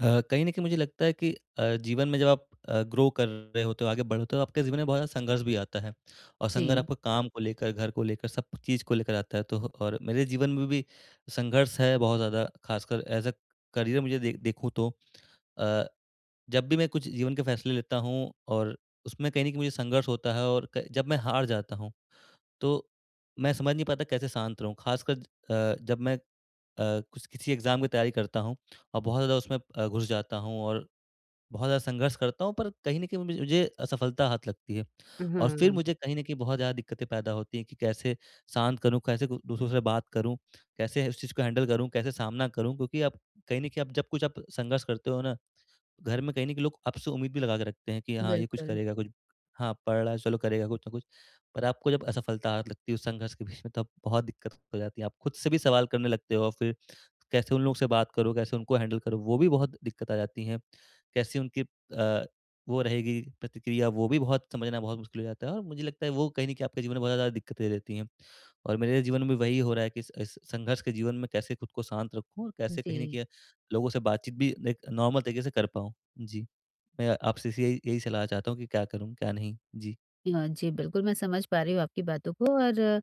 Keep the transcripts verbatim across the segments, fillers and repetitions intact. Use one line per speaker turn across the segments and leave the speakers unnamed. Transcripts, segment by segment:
अ, कहीं न कहीं मुझे लगता है कि अ, जीवन में जब आप अ, ग्रो कर रहे होते हो, आगे बढ़ते हो, आपके जीवन में बहुत ज़्यादा संघर्ष भी आता है। और संघर्ष
जी।
आपको काम को लेकर, घर को लेकर, सब चीज़ को लेकर आता है। तो और मेरे जीवन में भी संघर्ष है बहुत ज़्यादा, खासकर एज़ अ करियर मुझे दे देखूँ तो अ, जब भी मैं कुछ जीवन के फैसले लेता हूँ और उसमें कहीं न कहीं मुझे संघर्ष होता है और क जब मैं हार जाता हूँ, तो मैं समझ नहीं पाता कैसे शांत रहूँ। ख़ासकर अ, जब मैं अ, कुछ किसी एग्ज़ाम की तैयारी करता हूँ और बहुत ज़्यादा उसमें अ, घुस जाता हूँ और बहुत ज़्यादा संघर्ष करता हूँ, पर कहीं न कहीं मुझे मुझे असफलता हाथ लगती है। और फिर
हाँ।
मुझे कहीं न कहीं बहुत ज़्यादा दिक्कतें पैदा होती हैं कि कैसे शांत करूँ, कैसे क दूसरों से बात करूँ, कैसे उस चीज़ को हैंडल करूँ, कैसे सामना करूँ? क्योंकि आप कहीं न कहीं, आप जब कुछ आप संघर्ष करते हो ना, घर में कहीं न कहीं लोग आपसे उम्मीद भी लगा के रखते हैं कि हाँ, ये कुछ
बिल्कुल,
करेगा, कुछ हाँ, पढ़ रहा है, चलो करेगा कुछ ना कुछ। पर आपको जब असफलता हाथ लगती है उस संघर्ष के बीच में, तब बहुत दिक्कत हो जाती है। आप खुद से भी सवाल करने लगते हो और फिर कैसे उन लोग से बात करो, कैसे उनको हैंडल करो, वो भी बहुत दिक्कत आ जाती है। कैसे उनकी अ, वो रहेगी प्रतिक्रिया, वो भी बहुत समझना बहुत मुश्किल हो जाता है, और मुझे लगता है वो कहीं न कहीं आपके जीवन में बहुत ज़्यादा दिक्कत दे देती हैं। और मेरे जीवन में वही हो रहा है कि इस इस संघर्ष के जीवन में कैसे खुद को शांत रखूँ और कैसे
जी।
कहीं न कहीं लोगों से बातचीत भी एक नॉर्मल तरीके से कर पाऊँ? जी। मैं आपसे स यही यही सलाह चाहता हूँ कि क्या करूँ, क्या नहीं? जी,
अ, जी, बिल्कुल मैं समझ पा रही हूँ आपकी बातों को और अ,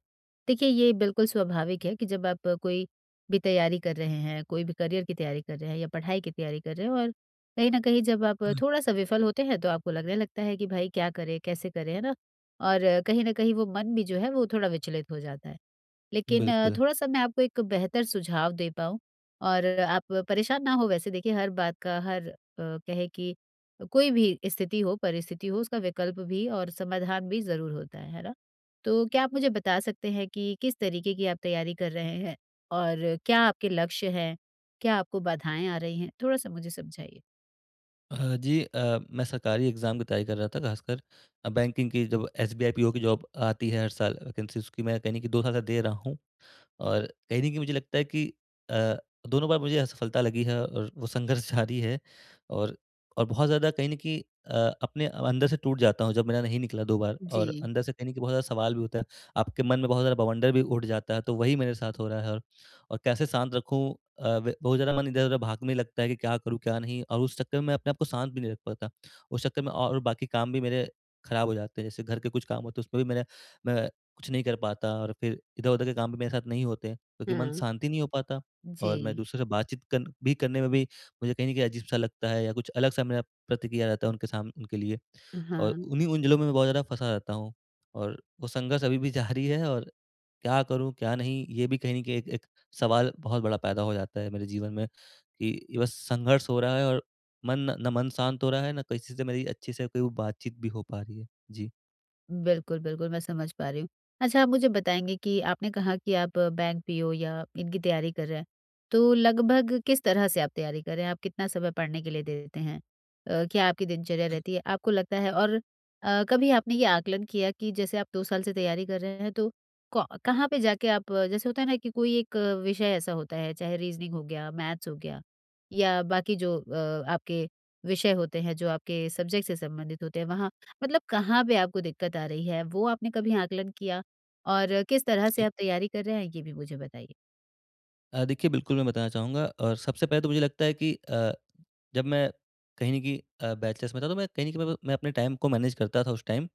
देखिए ये बिल्कुल स्वाभाविक है कि जब आप अ, कोई भी तैयारी कर रहे हैं, कोई भी करियर की तैयारी कर रहे हैं या पढ़ाई की तैयारी कर रहे हैं और कहीं न कहीं जब आप थोड़ा-सा विफल होते हैं तो आपको लगने लगता है कि भाई क्या करें, कैसे करें, है ना? और अ, कहीं न कहीं वो मन भी जो है वो थोड़ा विचलित हो जाता है। लेकिन
बिल्कुल।
थोड़ा-सा मैं आपको एक बेहतर सुझाव दे पाऊँ और आप परेशान ना हो वैसे देखिए हर बात का हर अ, कहे कि कोई भी स्थिति हो, परिस्थिति हो, उसका विकल्प भी और समाधान भी ज़रूर होता है, है ना? तो क्या आप मुझे बता सकते हैं कि किस तरीके की आप तैयारी कर रहे हैं और क्या आपके लक्ष्य हैं? क्या आपको बाधाएँ आ रही हैं? थोड़ा-सा मुझे समझाइए।
अ, जी, अ, मैं सरकारी एग्ज़ाम की तैयारी कर रहा था, खासकर अ, बैंकिंग की। जब S B I P O की जॉब आती है हर साल, वैकेंसी उसकी मैं कहने की दो साल से दे रहा हूँ। और कहीं न कहीं मुझे लगता है कि अ, दोनों बार मुझे असफलता लगी है और वो संघर्ष जारी है, और और बहुत ज़्यादा कहीं न कहीं अ, अपने अंदर से टूट जाता हूँ जब मेरा नहीं निकला दो बार, और
जी,
अंदर से कहीं न कहीं बहुत ज़्यादा सवाल भी होता है। आपके मन में बहुत ज़्यादा बवंडर भी उठ जाता है, तो वही मेरे साथ हो रहा है। और और कैसे शांत रखूँ, अ, व बहुत ज़्यादा मन इधर-उधर भागने लगता है कि क्या करूँ, क्या नहीं, और उस चक्कर में मैं अपने आप को शांत भी नहीं रख पाता। उस चक्कर में और बाकी काम भी मेरे खराब हो जाते हैं, जैसे घर के कुछ काम होते हैं उसमें भी मेरा, मैं कुछ नहीं कर पाता, और फिर इधर-उधर के काम भी मेरे साथ नहीं होते क्योंकि मन
हाँ।
शांति नहीं हो पाता।
जी।
और मैं दूसरों से बातचीत कर भी करने में भी मुझे कहीं न कहीं अजीब-सा लगता है, या कुछ अलग-सा मेरा प्रतिक्रिया रहता है उनके साम उनके लिए। और
हाँ।
उन्हीं उलझनों में मैं बहुत ज़्यादा फँसा रहता हूँ, और वो संघर्ष अभी भी जारी है, और क्या करूँ, क्या नहीं, ये भी कहीं न कहीं एक एक सवाल बहुत बड़ा पैदा हो जाता है मेरे जीवन में कि ये बस संघर्ष हो रहा है, और मन ना मन शांत हो रहा है, ना किसी से मेरी अच्छी से कोई बातचीत भी हो पा रही है। जी।
बिल्कुल, बिल्कुल, मैं समझ पा रही हूँ। अच्छा आप मुझे बताएँगे कि आपने कहा कि आप बैंक पीओ या इनकी तैयारी कर रहे हैं, तो लगभग किस तरह से आप तैयारी कर रहे हैं? आप कितना समय पढ़ने के लिए देते हैं? अ, क्या आपकी दिनचर्या रहती है? आपको लगता है और अ, कभी आपने ये आकलन किया कि जैसे आप दो साल से तैयारी कर रहे हैं तो कौ कहाँ पे जाके आप अ, जैसे होता है ना कि कोई एक अ, विषय ऐसा होता है, चाहे रीज़निंग हो गया, मैथ्स हो गया या बाकी जो अ, आपके विषय होते हैं, जो आपके सब्जेक्ट से संबंधित होते हैं, वहाँ मतलब कहाँ पे आपको दिक्कत आ रही है, वो आपने कभी आकलन किया? और किस तरह से आप तैयारी कर रहे हैं, ये भी मुझे बताइए?
अ, देखिए, बिल्कुल मैं बताना चाहूँगा। और सबसे पहले तो मुझे लगता है कि अ, जब मैं कहीं न कहीं अ, बैचलर्स में था, तो मैं कहीं न कहीं मैं मैं अपने टाइम को मैनेज करता था उस टाइम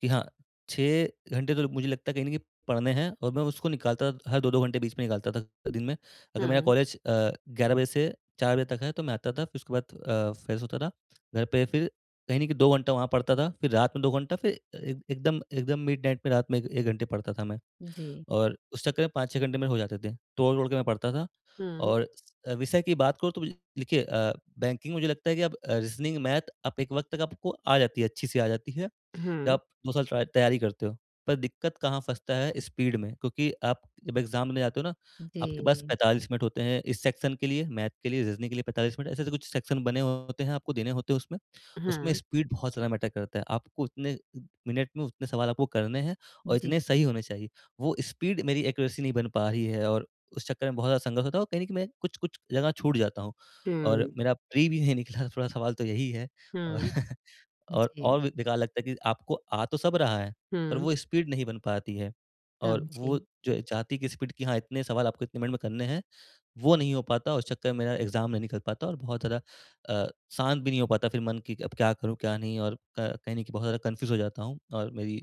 कि हाँ, छह घंटे तो मुझे लगता है कहीं न कहीं पढ़ने हैं, और मैं उसको निकालता था, हर दो दो घंटे बीच में निकालता था दिन में। अगर मेरा
हाँ,
कॉलेज अ, ग्यारह बजे से चार बजे तक है, तो मैं आता था, फिर उसके बाद अ, फ्रेश होता था। घर पे फिर कहीं न कहीं दो घंटा वहाँ पढ़ता था, फिर रात में दो घंटा, फिर ए एकदम एकदम मिडनाइट में रात में एक घंटे पढ़ता था मैं।
जी,
और उस चक्कर में पाँच छह घंटे मेरे हो जाते थे, तोड़-तोड़ के मैं पढ़ता था।
हाँ।
और स अ, विषय की बात करूँ तो मुझे, देखिए, अ, बैंकिंग मुझे लगता है कि अब अ, रीज़निंग, मैथ अब एक वक़्त तक आपको आ जाती है, अच्छी-सी आ जाती है। जब
हाँ।
आप दो साल ट्राय तैयारी करते हो। पर दिक्कत कहाँ फँसता है? स्पीड में। क्योंकि आप जब एग्ज़ाम देने जाते हो ना, आपके पास
जी,
पैंतालीस मिनट होते हैं इस सेक्शन के लिए, मैथ के लिए, रीज़निंग के लिए पैंतालीस मिनट, ऐसे-ऐसे कुछ सेक्शन बने होते हैं, आपको देने होते हैं उसमें। उसमें
हाँ,
स्पीड बहुत ज़्यादा मैटर करता है। आपको उतने मिनट में उतने सवाल आपको करने हैं, और
जी।
इतने सही होने चाहिए। वो स्पीड मेरी एक्यूरेसी नहीं बन पा रही है, और उस चक्कर में बहुत ज़्यादा संघर्ष होता है, और कहीं न कहीं मैं कुछ-कुछ जगह छूट जाता हूँ। और
हुँ।
मेरा प्री भी नहीं निकला, थोड़ा सवाल तो यही है। और
हाँ,
और
जी,
और भी बेकार लगता है कि आपको आ तो सब रहा है, पर
हुँ।
वो स्पीड नहीं बन पाती है। और
समझी।
वो जो चाहती कि स्पीड, कि हाँ, इतने सवाल आपको इतने मिनट में करने हैं, वो नहीं हो पाता, और उस चक्कर में मेरा एग्ज़ाम नहीं निकल पाता, और बहुत ज़्यादा अ, शांत भी नहीं हो पाता फिर मन कि अब क्या करूँ, क्या नहीं, और क कहीं न कहीं बहुत ज़्यादा कन्फ्यूज़ हो जाता हूँ, और मेरी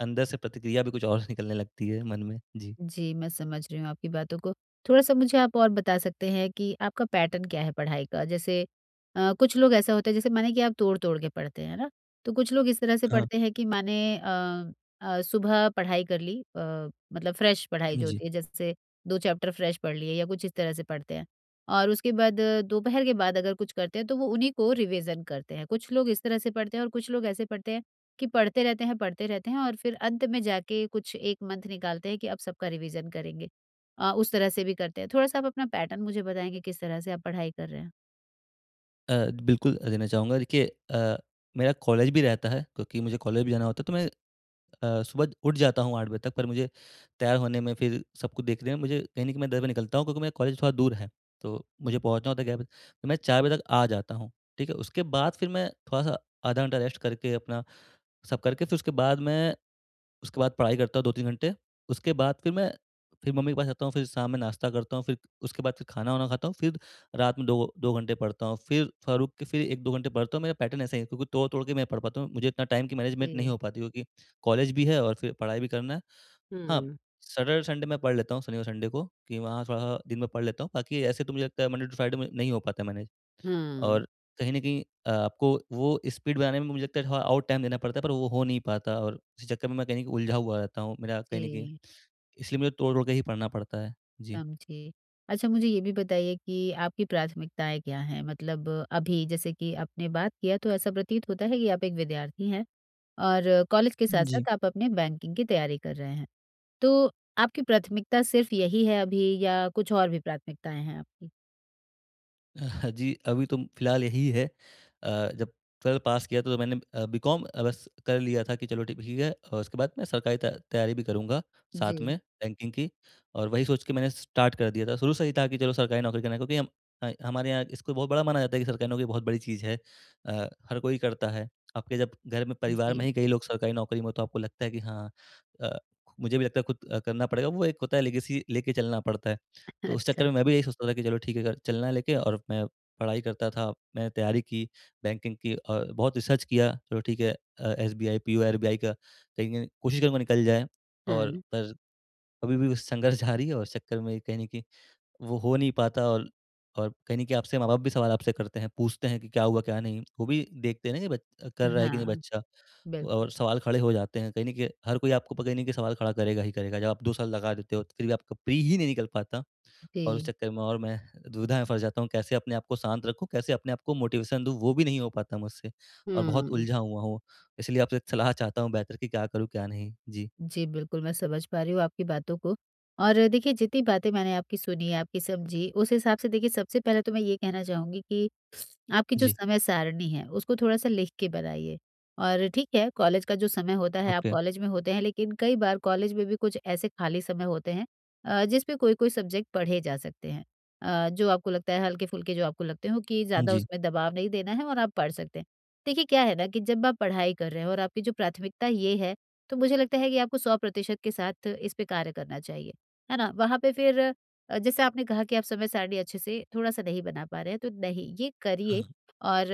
अंदर से प्रतिक्रिया भी कुछ और निकलने लगती है मन में। जी।
जी, मैं समझ रही हूँ आपकी बातों को। थोड़ा-सा मुझे आप और बता सकते हैं कि आपका पैटर्न क्या है पढ़ाई का? जैसे अ, कुछ लोग ऐसा होता है जैसे माने कि आप तोड़-तोड़ के पढ़ते हैं, है ना? तो कुछ लोग इस तरह से
हाँ,
पढ़ते हैं कि माने अ अ, सुबह पढ़ाई कर ली, अ, मतलब फ्रेश पढ़ाई जो
जी।
होती है जैसे दो चैप्टर फ्रेश पढ़ लिए या कुछ इस तरह से पढ़ते हैं। और उसके बाद अ, दोपहर के बाद अगर कुछ करते हैं तो वो उन्हीं को रिवीज़न करते हैं। कुछ लोग इस तरह से पढ़ते हैं और कुछ लोग ऐसे पढ़ते हैं कि पढ़ते रहते हैं, पढ़ते रहते हैं और फिर अंत में जाके कुछ एक मंथ निकालते हैं कि अब सबका रिवीजन करेंगे। अ, उस तरह से भी करते हैं। थोड़ा-सा आप अपना पैटर्न मुझे बताएँगे किस तरह से आप पढ़ाई कर रहे हैं?
अ, बिल्कुल देना चाहूँगा। देखिए, अ, मेरा कॉलेज भी रहता है क्योंकि मुझे कॉलेज भी जाना होता है, तो मैं अ, सुबह उठ जाता हूँ आठ बजे तक, पर मुझे तैयार होने में, फिर सबको देखने में, मुझे कहीं न कहीं मैं दस बजे निकलता हूँ क्योंकि मेरा कॉलेज थोड़ा दूर है। तो मुझे पहुँचना होता है ग्यारह बजे, तो मैं चार बजे तक आ जाता हूँ। ठीक है? उसके बाद फिर मैं थोड़ा-सा आधा घंटा रेस्ट करके, अपना सब करके, फिर उसके बाद मैं, उसके बाद पढ़ाई करता हूँ दो तीन घंटे, उसके बाद फिर मैं, फिर मम्मी के पास जाता हूँ, फिर शाम में नाश्ता करता हूँ, फिर उसके बाद फिर खाना-वाना खाता हूँ, फिर रात में दो दो घंटे पढ़ता हूँ, फिर फ़ारूक के फिर एक दो घंटे पढ़ता हूँ। मेरा पैटर्न ऐसा ही है क्योंकि तोड़-तोड़ के मैं पढ़ पाता हूँ। मुझे इतना टाइम की मैनेजमेंट नहीं
जी।
हो पाती क्योंकि कॉलेज भी है और फिर पढ़ाई भी करना है। हाँ,
हुँ।
सैटरडे संडे मैं पढ़ लेता हूँ, शनि और संडे को, कि वहाँ थोड़ा दिन में पढ़ लेता हूँ, बाकी ऐसे तो मुझे लगता है मंडे टू फ्राइडे में नहीं हो पाता मैनेज।
हाँ,
और कहीं न कहीं अ, आपको वो स्पीड बनाने में मुझे लगता है थोड़ा और टाइम देना पड़ता है, पर वो हो नहीं पाता, और इसी चक्कर में मैं कहीं न कहीं उलझा हुआ रहता हूँ। मेरा कहीं न कहीं
जी,
इसलिए मुझे तोड़-तोड़ के ही पढ़ना पड़ता है। जी।
समझी। अच्छा मुझे ये भी बताइए कि आपकी प्राथमिकताएँ क्या हैं? मतलब अभी जैसे कि आपने बात किया तो ऐसा प्रतीत होता है कि आप एक विद्यार्थी हैं और कॉलेज के साथ-साथ आप अपने बैंकिंग की तैयारी कर रहे हैं। तो आपकी प्राथमिकता सिर्फ़ यही है अभी या कुछ और भी प्राथमिकताएँ हैं आपकी?
जी, अभी तो फिलहाल यही है। अ, जब बारह पास किया तो मैंने अ, बी कॉम अ, बस कर लिया था कि चलो ठीक है, और उसके बाद मैं सरकारी त तैयारी भी करूँगा साथ
जी,
में बैंकिंग की, और वही सोच के मैंने स्टार्ट कर दिया था। शुरू से ही था कि चलो सरकारी नौकरी करना है क्योंकि हम ह हमारे यहाँ इसको बहुत बड़ा माना जाता है कि सरकारी नौकरी बहुत बड़ी चीज़ है। अ, हर कोई करता है। आपके जब घर में, परिवार में
जी।
ही कई लोग सरकारी नौकरी में हो, तो आपको लगता है कि हाँ, अ, मुझे भी लगता है खुद अ, करना पड़ेगा। वो एक होता है, लेगेसी लेके चलना पड़ता है। तो उस चक्कर
अच्छा,
में मैं भी यही सोचता था कि चलो ठीक है, अगर चलना है लेके, और मैं पढ़ाई करता था, मैंने तैयारी की बैंकिंग की, और बहुत रिसर्च किया, चलो ठीक है अ, S B I, P U, R B I का कहीं न कहीं कोशिश करूँगा, निकल जाए। और
हाँ,
पर अभी भी वो संघर्ष जारी है, और इस चक्कर में कहीं न कहीं वो हो नहीं पाता, और और कहीं न कहीं आपसे माँ-बाप भी सवाल आपसे करते हैं, पूछते हैं कि क्या हुआ, क्या नहीं? वो भी देखते हैं ना कि बच कर रहा है कि नहीं
हाँ,
बच्चा,
बिल्कुल।
और सवाल खड़े हो जाते हैं, कहीं न कहीं हर कोई आपके ऊपर कहीं न कहीं सवाल खड़ा करेगा ही करेगा। जब आप दो साल लगा देते हो, तो फिर भी आपका प्री ही नहीं निकल पाता, और उस
जी,
चक्कर में, और मैं दुविधा में फँस जाता हूँ, कैसे अपने आप को शांत रखूँ, कैसे अपने आप को मोटिवेशन दूँ, वो भी नहीं हो पाता मुझसे, और बहुत
हुँ।
उलझा हुआ हूँ। इसलिए आपसे एक सलाह चाहता हूँ बेहतर कि क्या करूँ, क्या नहीं? जी।
जी, बिल्कुल, मैं समझ पा रही हूँ आपकी बातों को। और देखिए, जितनी बातें मैंने आपकी सुनी, आपकी समझी, उस हिसाब से देखिए सबसे पहले तो मैं ये कहना चाहूँगी कि आपकी जो
जी,
समय सारणी है, उसको थोड़ा-सा लिख के बनाइए। और ठीक है, कॉलेज का जो समय होता है, आप
ओके।
कॉलेज में होते हैं, लेकिन कई बार कॉलेज में भी कुछ ऐसे खाली समय होते हैं अ, जिस पे कोई-कोई सब्जेक्ट पढ़े जा सकते हैं। अ, जो आपको लगता है हल्के-फुल्के जो आपको लगते हो कि ज़्यादा
जी।
उसमें दबाव नहीं देना है और आप पढ़ सकते हैं। देखिए, क्या है ना कि जब आप पढ़ाई कर रहे हैं और आपकी जो प्राथमिकता ये है तो मुझे लगता है कि आपको सौ प्रतिशत के साथ इस पे कार्य करना चाहिए, है ना? वहाँ पे फिर अ, जैसे आपने कहा कि आप समय सारणी अच्छे से थोड़ा-सा नहीं बना पा रहे हैं, तो नहीं, ये
हाँ,
करिए और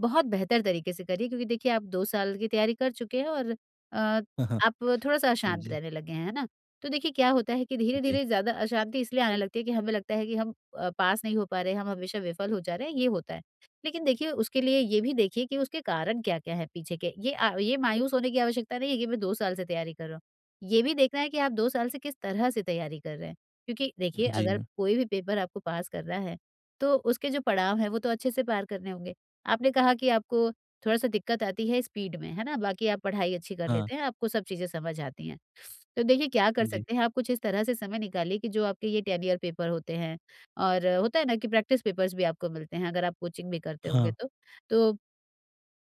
बहुत बेहतर तरीके से करिए क्योंकि देखिए आप दो साल की तैयारी कर चुके हैं और अ,
हाँ, हाँ।
आप थोड़ा-सा अशांत
जी,
रहने लगे हैं, है ना? तो देखिए क्या होता है कि
जी,
धीरे-धीरे ज़्यादा अशांति इसलिए आने लगती है कि हमें लगता है कि हम अ, पास नहीं हो पा रहे, हम हमेशा विफल हो जा रहे हैं, ये होता है। लेकिन देखिए, उसके लिए ये भी देखिए कि उसके कारण क्या-क्या है पीछे के। ये अ, ये मायूस होने की आवश्यकता नहीं है कि मैं दो साल से तैयारी कर रहा हूँ। ये भी देखना है कि आप दो साल से किस तरह से तैयारी कर रहे हैं। क्योंकि देखिए,
जी।
अगर कोई भी पेपर आपको पास करना है, तो उसके जो पड़ाव हैं, वो तो अच्छे से पार करने होंगे। आपने कहा कि आपको थोड़ा-सा दिक्कत आती है स्पीड में, है ना? बाकी आप पढ़ाई अच्छी कर
हाँ,
लेते हैं, आपको सब चीज़ें समझ आती हैं। तो देखिए क्या कर
जी,
सकते हैं आप कुछ इस तरह से समय निकालिए कि जो आपके ये टेन ईयर पेपर होते हैं और होता है ना कि प्रैक्टिस पेपर्स भी आपको मिलते हैं अगर आप कोचिंग भी करते होंगे
हाँ,
तो। तो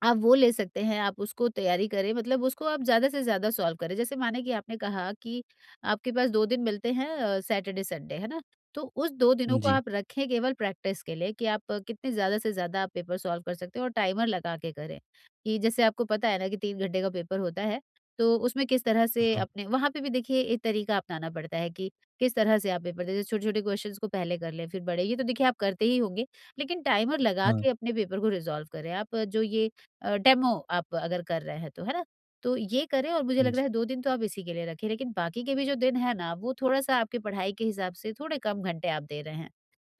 आप वो ले सकते हैं, आप उसको तैयारी करें मतलब उसको आप ज़्यादा से ज़्यादा सॉल्व करें। जैसे माने कि आपने कहा कि आपके पास दो दिन मिलते हैं, अ, सैटरडे, संडे, है ना? तो उस दो दिनों को
जी,
आप रखें केवल प्रैक्टिस के लिए कि आप अ, कितने ज़्यादा से ज़्यादा आप पेपर सॉल्व कर सकते हैं और टाइमर लगा के करें। कि जैसे आपको पता है ना कि तीन घंटे का पेपर होता है, तो उसमें किस तरह से
हाँ,
अपने वहाँ पे भी देखिए एक तरीका अपनाना पड़ता है कि किस तरह से आप पेपर जैसे छोटे-छोटे क्वेश्चंस को पहले कर लें, फिर बड़े ये तो देखिए आप करते ही होंगे। लेकिन टाइमर लगा
हाँ,
के अपने पेपर को रिज़ॉल्व करें। आप अ, जो ये अ, डेमो आप अगर कर रहे हैं तो, है ना? तो ये करें और मुझे लग रहा
जी,
है दो दिन तो आप इसी के लिए रखें, लेकिन बाकी के भी जो दिन है ना, वो थोड़ा-सा आपकी पढ़ाई के हिसाब से थोड़े कम घंटे आप दे रहे हैं।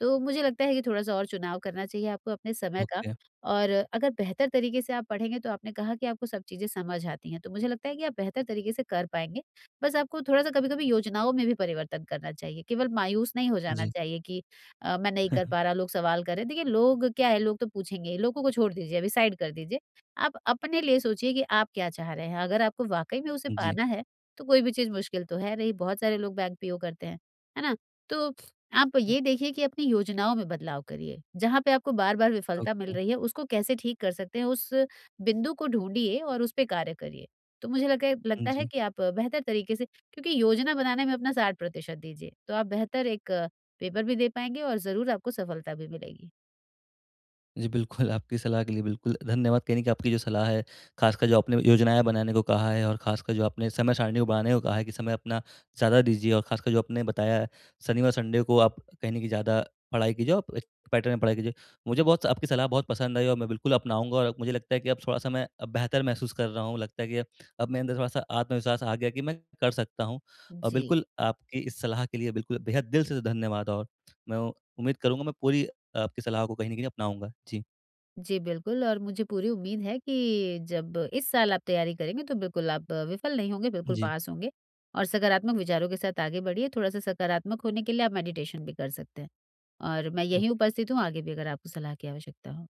तो मुझे लगता है कि थोड़ा-सा और चुनाव करना चाहिए आपको अपने समय का
ओके।
और अगर बेहतर तरीके से आप पढ़ेंगे तो आपने कहा कि आपको सब चीज़ें समझ आती हैं, तो मुझे लगता है कि आप बेहतर तरीके से कर पाएँगे। बस आपको थोड़ा-सा कभी-कभी योजनाओं में भी परिवर्तन करना चाहिए, केवल मायूस नहीं हो जाना
जी,
चाहिए कि अ, मैं नहीं कर पा रहा, लोग सवाल कर रहे हैं। देखिए, लोग क्या है, लोग तो पूछेंगे ही, लोगों को छोड़ दीजिए अभी साइड कर दीजिए। आप अपने लिए सोचिए कि आप क्या चाह रहे हैं। अगर आपको वाक़ई में उसे
जी,
पाना है, तो कोई भी चीज़ मुश्किल तो है नहीं, बहुत सारे लोग बैंक पीओ करते हैं, है ना? तो आप
अ,
ये देखिए कि अपनी योजनाओं में बदलाव करिए, जहाँ पे आपको बार-बार विफलता मिल
ओके,
रही है, उसको कैसे ठीक कर सकते हैं, उस बिंदु को ढूँढिए और उस पे कार्य करिए। तो मुझे लगा लगता है
जी।
कि आप बेहतर तरीके से क्योंकि योजना बनाने में अपना साठ प्रतिशत दीजिए, तो आप बेहतर एक अ, पेपर भी दे पाएँगे और ज़रूर आपको सफलता भी मिलेगी।
जी, बिल्कुल, आपकी सलाह के लिए बिल्कुल धन्यवाद। कहीं न कहीं आपकी जो सलाह है, खासकर जो आपने योजनाएँ बनाने को कहा है, और खासकर जो आपने समय सारणी को बनाने को कहा है कि समय अपना ज़्यादा दीजिए, और खासकर जो आपने बताया है, शनिवार, संडे को आप कहीं न कहीं ज़्यादा पढ़ाई कीजिए, आप एक पैटर्न में पढ़ाई कीजिए। मुझे बहुत आपकी सलाह बहुत पसंद आई, और मैं बिल्कुल अपनाऊँगा, और मुझे लगता है कि अब थोड़ा-सा मैं अब बेहतर महसूस कर रहा हूँ। लगता है कि अब मेरे अंदर थोड़ा-सा आत्मविश्वास आ गया कि मैं कर सकता हूँ। और
जी।
बिल्कुल आपकी इस सलाह के लिए बिल्कुल बेहद दिल से धन्यवाद, और मैं उम्मीद करूँगा, मैं पूरी आपकी सलाह को कहीं न कहीं अपनाऊँगा। जी,
जी, बिल्कुल और मुझे पूरी उम्मीद है कि जब इस साल आप तैयारी करेंगे तो बिल्कुल आप विफल नहीं होंगे, बिल्कुल
जी।
पास होंगे और सकारात्मक विचारों के साथ आगे बढ़िए, थोड़ा-सा सकारात्मक होने के लिए आप मेडिटेशन भी कर सकते हैं। और मैं यहीं उपस्थित हूँ, आगे भी अगर आपको सलाह की आवश्यकता हो।